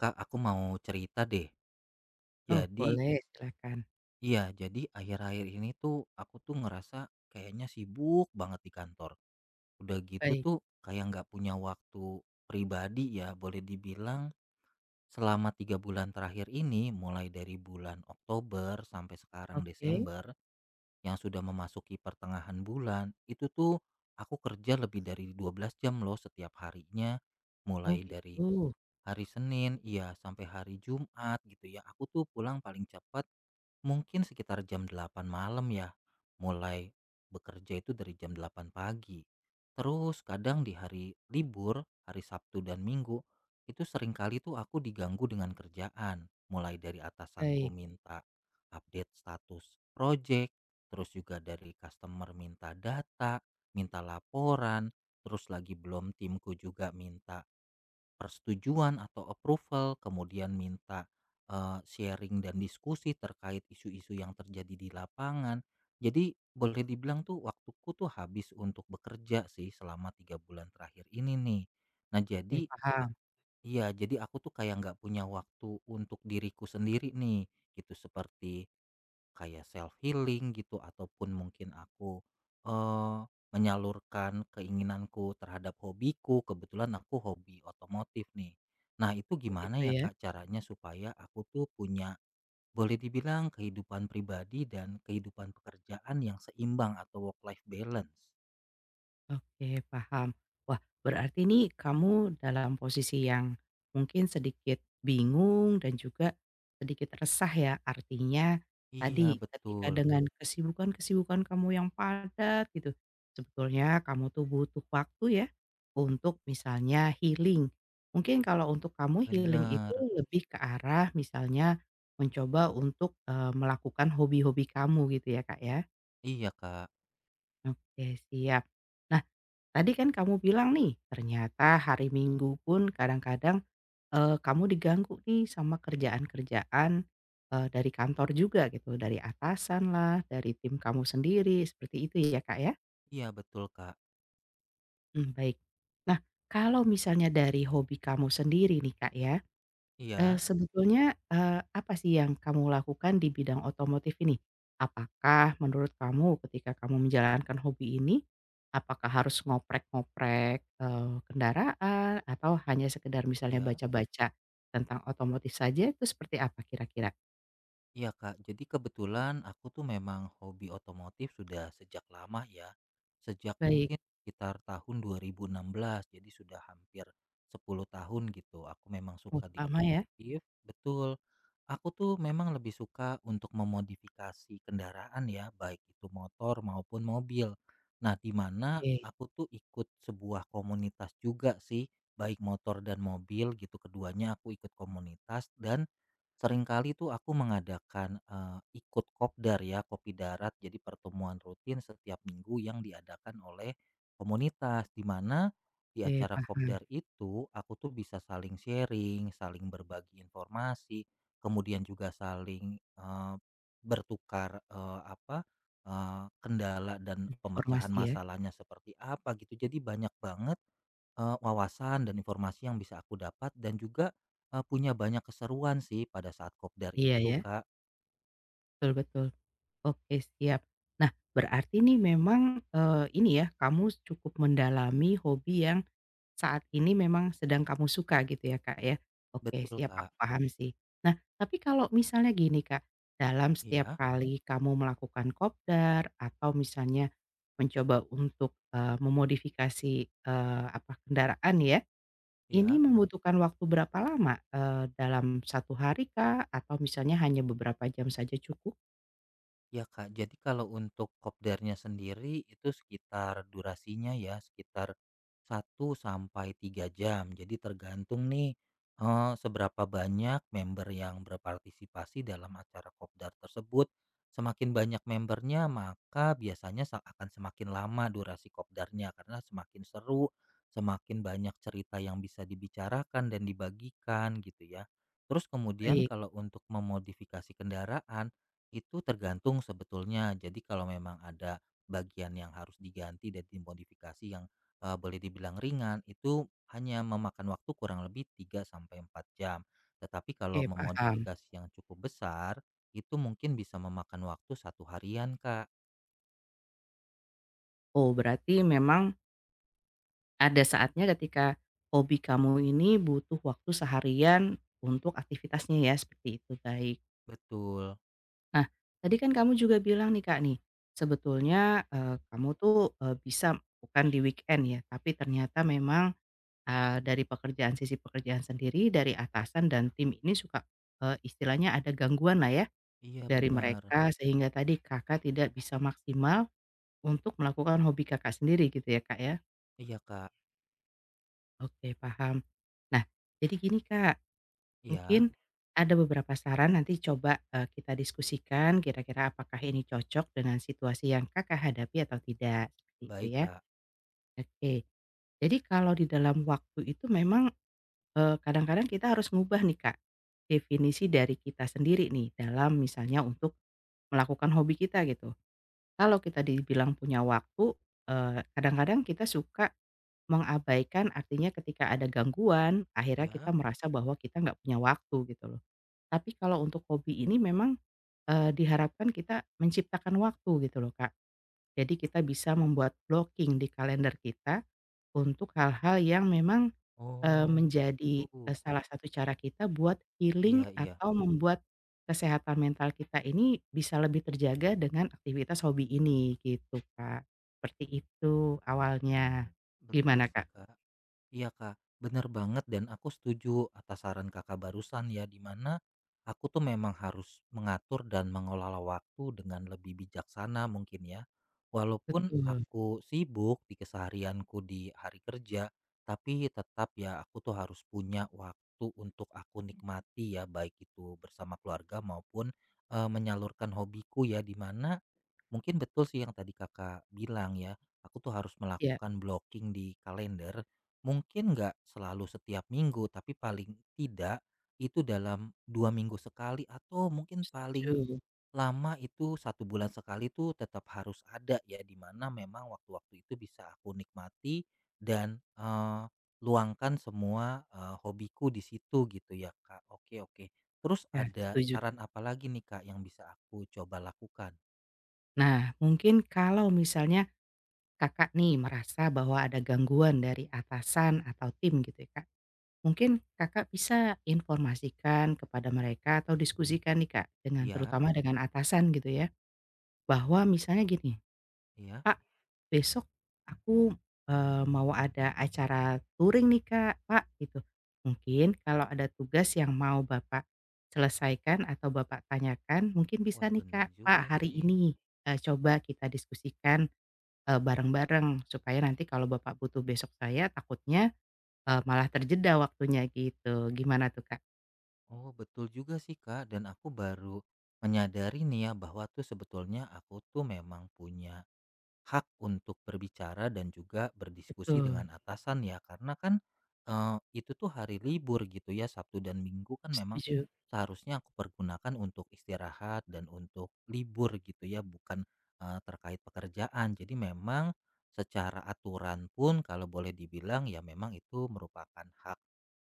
Kak, aku mau cerita deh. Oh, Jadi, boleh silakan. iya, jadi akhir-akhir ini tuh aku tuh ngerasa kayaknya sibuk banget di kantor. Udah gitu Baik, tuh kayak nggak punya waktu pribadi ya, boleh dibilang selama 3 bulan terakhir ini, mulai dari bulan Oktober sampai sekarang oke. Desember, yang sudah memasuki pertengahan bulan, itu tuh aku kerja lebih dari 12 jam loh setiap harinya, Oh, mulai dari gitu. hari Senin, iya sampai hari Jumat gitu ya. Aku tuh pulang paling cepat mungkin sekitar jam 8 malam ya. Mulai bekerja itu dari jam 8 pagi. Terus kadang di hari libur, hari Sabtu dan Minggu, itu seringkali tuh aku diganggu dengan kerjaan. Mulai dari atasanku Baik, minta update status project, terus juga dari customer minta data, minta laporan, terus lagi belum timku juga minta persetujuan atau approval, kemudian minta, sharing dan diskusi terkait isu-isu yang terjadi di lapangan. Jadi boleh dibilang tuh waktuku tuh habis untuk bekerja sih selama 3 bulan terakhir ini nih. Nah, jadi, oke ak paham, iya, jadi aku tuh kayak nggak punya waktu untuk diriku sendiri nih, gitu. Kayak self healing gitu ataupun mungkin aku, eee, menyalurkan keinginanku terhadap hobiku, kebetulan aku hobi otomotif nih. Nah, itu gimana gitu ya ya. Kak caranya supaya aku tuh punya boleh dibilang kehidupan pribadi dan kehidupan pekerjaan yang seimbang atau work life balance? Oke, paham. Wah, berarti ini kamu dalam posisi yang mungkin sedikit bingung dan juga sedikit resah ya. Artinya Iya tadi ketika betul, dengan kesibukan-kesibukan kamu yang padat gitu, sebetulnya kamu tuh butuh waktu ya untuk misalnya healing. Mungkin kalau untuk kamu healing itu bener. lebih ke arah misalnya mencoba untuk melakukan hobi-hobi kamu gitu ya, Kak ya. Iya Kak, Oke, siap. Nah, tadi kan kamu bilang nih, ternyata hari Minggu pun kadang-kadang, kamu diganggu nih sama kerjaan-kerjaan, dari kantor juga gitu, dari atasan lah, dari tim kamu sendiri, seperti itu ya, Kak, ya? iya betul Kak, Mmm, baik. Nah, kalau misalnya dari hobi kamu sendiri nih, Kak, ya. Iya, Sebetulnya, eee, apa sih yang kamu lakukan di bidang otomotif ini? Apakah menurut kamu ketika kamu menjalankan hobi ini, apakah harus ngoprek-ngoprek, kendaraan atau hanya sekedar misalnya iya. baca-baca tentang otomotif saja itu seperti apa kira-kira? Iya Kak, jadi kebetulan aku tuh memang hobi otomotif sudah sejak lama ya. Sejak Baik, mungkin sekitar tahun 2016, jadi sudah hampir 10 tahun gitu. Aku memang oh suka di lama ya? otomotif, betul. Aku tuh memang lebih suka untuk memodifikasi kendaraan ya, baik itu motor maupun mobil. Nah, di mana Oke aku tuh ikut sebuah komunitas juga sih, baik motor dan mobil gitu. Keduanya aku ikut komunitas dan seringkali tuh aku mengadakan, ikut kopdar ya, Kopi Darat. Jadi pertemuan rutin setiap minggu yang diadakan oleh komunitas, di mana di oke acara paham, kopdar itu aku tuh bisa saling sharing, saling berbagi informasi, kemudian juga saling, bertukar, apa, kendala dan pemecahan informasi ya. masalahnya seperti apa gitu. Jadi banyak banget wawasan dan informasi yang bisa aku dapat dan juga, punya banyak keseruan sih pada saat kopdar Iya itu, ya, Kak. betul betul. Oke siap. Nah, berarti nih memang, ini ya kamu cukup mendalami hobi yang saat ini memang sedang kamu suka gitu ya, Kak, ya? Oke, Betul, siap Kak. aku paham sih. Nah, tapi kalau misalnya gini, Kak, dalam setiap Iya kali kamu melakukan kopdar atau misalnya mencoba untuk, memodifikasi, apa, kendaraan ya, ini iya. membutuhkan waktu berapa lama? Dalam satu hari kak atau misalnya hanya beberapa jam saja cukup? Ya Kak, jadi kalau untuk kopdarnya sendiri itu sekitar durasinya ya sekitar 1 sampai 3 jam. Jadi tergantung nih seberapa banyak member yang berpartisipasi dalam acara kopdar tersebut. Semakin banyak membernya maka biasanya akan semakin lama durasi kopdarnya karena semakin seru, semakin banyak cerita yang bisa dibicarakan dan dibagikan gitu ya. Terus kemudian Baik, kalau untuk memodifikasi kendaraan itu tergantung sebetulnya. Jadi kalau memang ada bagian yang harus diganti dan dimodifikasi yang boleh dibilang ringan, itu hanya memakan waktu kurang lebih 3 sampai 4 jam. Tetapi kalau oke paham. memodifikasi yang cukup besar, itu mungkin bisa memakan waktu satu harian, Kak. Oh, berarti memang ada saatnya ketika hobi kamu ini butuh waktu seharian untuk aktivitasnya ya, seperti itu, baik. Betul. Nah, tadi kan kamu juga bilang nih, Kak, nih, sebetulnya, kamu tuh, bisa bukan di weekend ya, tapi ternyata memang, dari pekerjaan sisi pekerjaan sendiri, dari atasan dan tim ini suka, istilahnya ada gangguan lah ya, Iya, dari benar. mereka sehingga tadi Kakak tidak bisa maksimal untuk melakukan hobi Kakak sendiri gitu ya, Kak, ya? Iya, Kak. Oke, paham. Nah, jadi gini, Kak. Iya, Mungkin ada beberapa saran nanti coba, kita diskusikan kira-kira apakah ini cocok dengan situasi yang Kakak hadapi atau tidak, seperti itu baik, ya. Kak. Oke, jadi kalau di dalam waktu itu memang, kadang-kadang kita harus mengubah nih Kak, definisi dari kita sendiri nih dalam misalnya untuk melakukan hobi kita gitu. Kalau kita dibilang punya waktu, kadang-kadang kita suka mengabaikan artinya ketika ada gangguan akhirnya kita Ya. merasa bahwa kita nggak punya waktu gitu loh. Tapi kalau untuk hobi ini memang, diharapkan kita menciptakan waktu gitu loh, Kak. Jadi kita bisa membuat blocking di kalender kita untuk hal-hal yang memang, Oh, menjadi, gitu. salah satu cara kita buat healing Iya, iya. atau membuat kesehatan mental kita ini bisa lebih terjaga dengan aktivitas hobi ini gitu, Kak. Seperti itu awalnya. Betul Gimana, sih, Kak? Kak. Iya Kak, bener banget dan aku setuju atas saran Kakak barusan ya, di mana aku tuh memang harus mengatur dan mengelola waktu dengan lebih bijaksana mungkin ya. Walaupun Betul. aku sibuk di keseharianku di hari kerja, tapi tetap ya aku tuh harus punya waktu untuk aku nikmati ya, baik itu bersama keluarga maupun menyalurkan hobiku ya, di mana mungkin betul sih yang tadi Kakak bilang ya, aku tuh harus Ya melakukan blocking di kalender. Mungkin nggak selalu setiap minggu, tapi paling tidak itu dalam 2 minggu sekali atau mungkin paling setuju. lama itu 1 bulan sekali tuh tetap harus ada ya, di mana memang waktu-waktu itu bisa aku nikmati dan luangkan semua hobiku di situ gitu ya Kak. Oke oke. Terus Ya, ada setuju. saran apa lagi nih Kak yang bisa aku coba lakukan? Nah, mungkin kalau misalnya Kakak nih merasa bahwa ada gangguan dari atasan atau tim gitu ya Kak. Mungkin Kakak bisa informasikan kepada mereka atau diskusikan nih Kak, dengan Iya. terutama dengan atasan gitu ya, bahwa misalnya gini, Iya, "Pak, besok aku, mau ada acara touring nih Kak, Pak," gitu. Mungkin kalau ada tugas yang mau Bapak selesaikan atau Bapak tanyakan, mungkin wah bisa nih bener Kak, "Pak, juga hari sih. ini, coba kita diskusikan bareng-bareng supaya nanti kalau bapak butuh besok saya takutnya, malah terjeda waktunya gitu gimana tuh, Kak?" Oh, betul juga sih, Kak, dan aku baru menyadari nih ya bahwa tuh sebetulnya aku tuh memang punya hak untuk berbicara dan juga berdiskusi Betul, dengan atasan ya karena kan itu tuh hari libur gitu ya Sabtu dan Minggu kan memang setuju seharusnya aku pergunakan untuk istirahat dan untuk libur gitu ya bukan terkait pekerjaan jadi memang secara aturan pun kalau boleh dibilang ya memang itu merupakan hak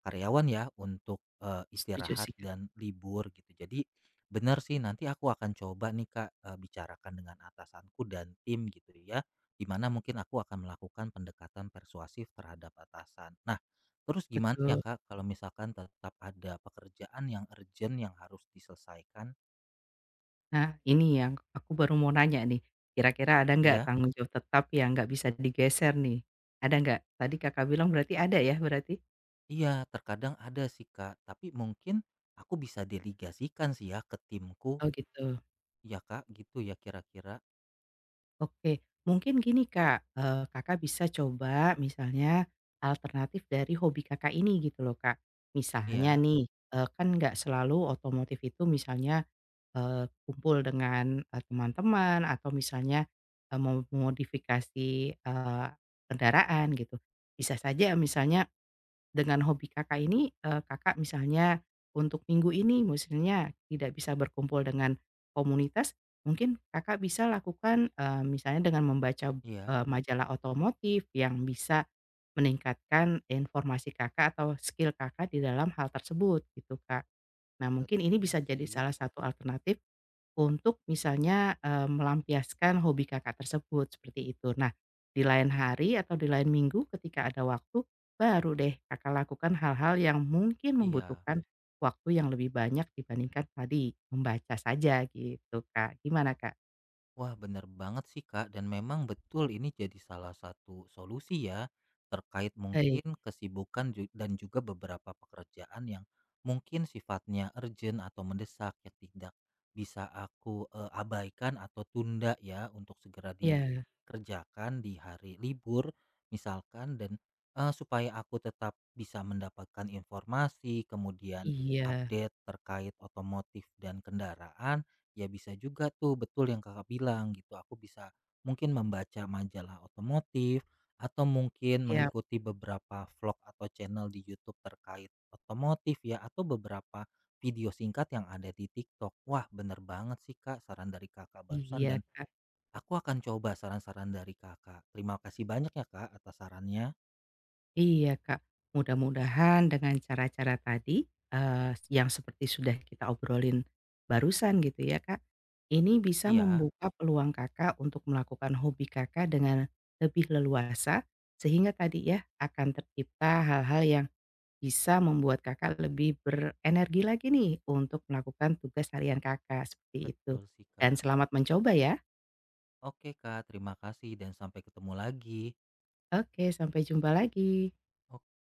karyawan ya untuk setuju istirahat sih, Kak, dan libur gitu jadi benar sih, nanti aku akan coba nih Kak, bicarakan dengan atasanku dan tim gitu ya, di mana mungkin aku akan melakukan pendekatan persuasif terhadap atasan. Nah, terus gimana ya betul. Kak, kalau misalkan tetap ada pekerjaan yang urgent yang harus diselesaikan? Nah ini yang aku baru mau nanya nih, kira-kira ada nggak Iya tanggung jawab tetap yang nggak bisa digeser nih? Ada nggak? Tadi Kakak bilang berarti ada ya berarti? iya, terkadang ada sih Kak, tapi mungkin aku bisa delegasikan sih ya ke timku, Oh gitu. ya Kak, gitu ya kira-kira? Oke, mungkin gini Kak, Kakak bisa coba misalnya alternatif dari hobi Kakak ini gitu loh Kak. Misalnya Iya nih, kan nggak selalu otomotif itu misalnya, kumpul dengan, teman-teman atau misalnya, memodifikasi, eee, kendaraan gitu. Bisa saja misalnya dengan hobi Kakak ini, Kakak misalnya untuk minggu ini misalnya tidak bisa berkumpul dengan komunitas, mungkin Kakak bisa lakukan, misalnya dengan membaca, iya, majalah otomotif yang bisa meningkatkan informasi Kakak atau skill Kakak di dalam hal tersebut gitu, Kak. Nah mungkin ini betul bisa jadi sih, salah satu alternatif untuk misalnya, melampiaskan hobi Kakak tersebut, seperti itu. Nah, di lain hari atau di lain minggu ketika ada waktu, baru deh Kakak lakukan hal-hal yang mungkin iya. membutuhkan waktu yang lebih banyak dibandingkan tadi membaca saja gitu, Kak. Gimana, Kak? Wah, benar banget sih, Kak. Dan memang betul ini jadi salah satu solusi ya terkait Baik. mungkin kesibukan dan juga beberapa pekerjaan yang mungkin sifatnya urgent atau mendesak yang tidak bisa aku abaikan atau tunda ya untuk segera Iya. dikerjakan di hari libur misalkan dan supaya aku tetap bisa mendapatkan informasi, kemudian Iya. update terkait otomotif dan kendaraan. Ya bisa juga tuh betul yang Kakak bilang gitu. Aku bisa mungkin membaca majalah otomotif atau mungkin Siap. mengikuti beberapa vlog atau channel di YouTube terkait otomotif ya atau beberapa video singkat yang ada di TikTok. Wah, bener banget sih Kak saran dari Kakak barusan dan Iya, Kak. aku akan coba saran-saran dari Kakak. Terima kasih banyak ya Kak atas sarannya. Iya, Kak. Mudah-mudahan dengan cara-cara tadi, yang seperti sudah kita obrolin barusan gitu ya, Kak, ini bisa Iya, membuka peluang Kakak untuk melakukan hobi Kakak dengan lebih leluasa, sehingga tadi ya akan tercipta hal-hal yang bisa membuat Kakak lebih berenergi lagi nih untuk melakukan tugas harian Kakak, seperti itu. betul sih Dan Kak. selamat mencoba ya. Oke Kak, terima kasih dan sampai ketemu lagi. Oke, sampai jumpa lagi.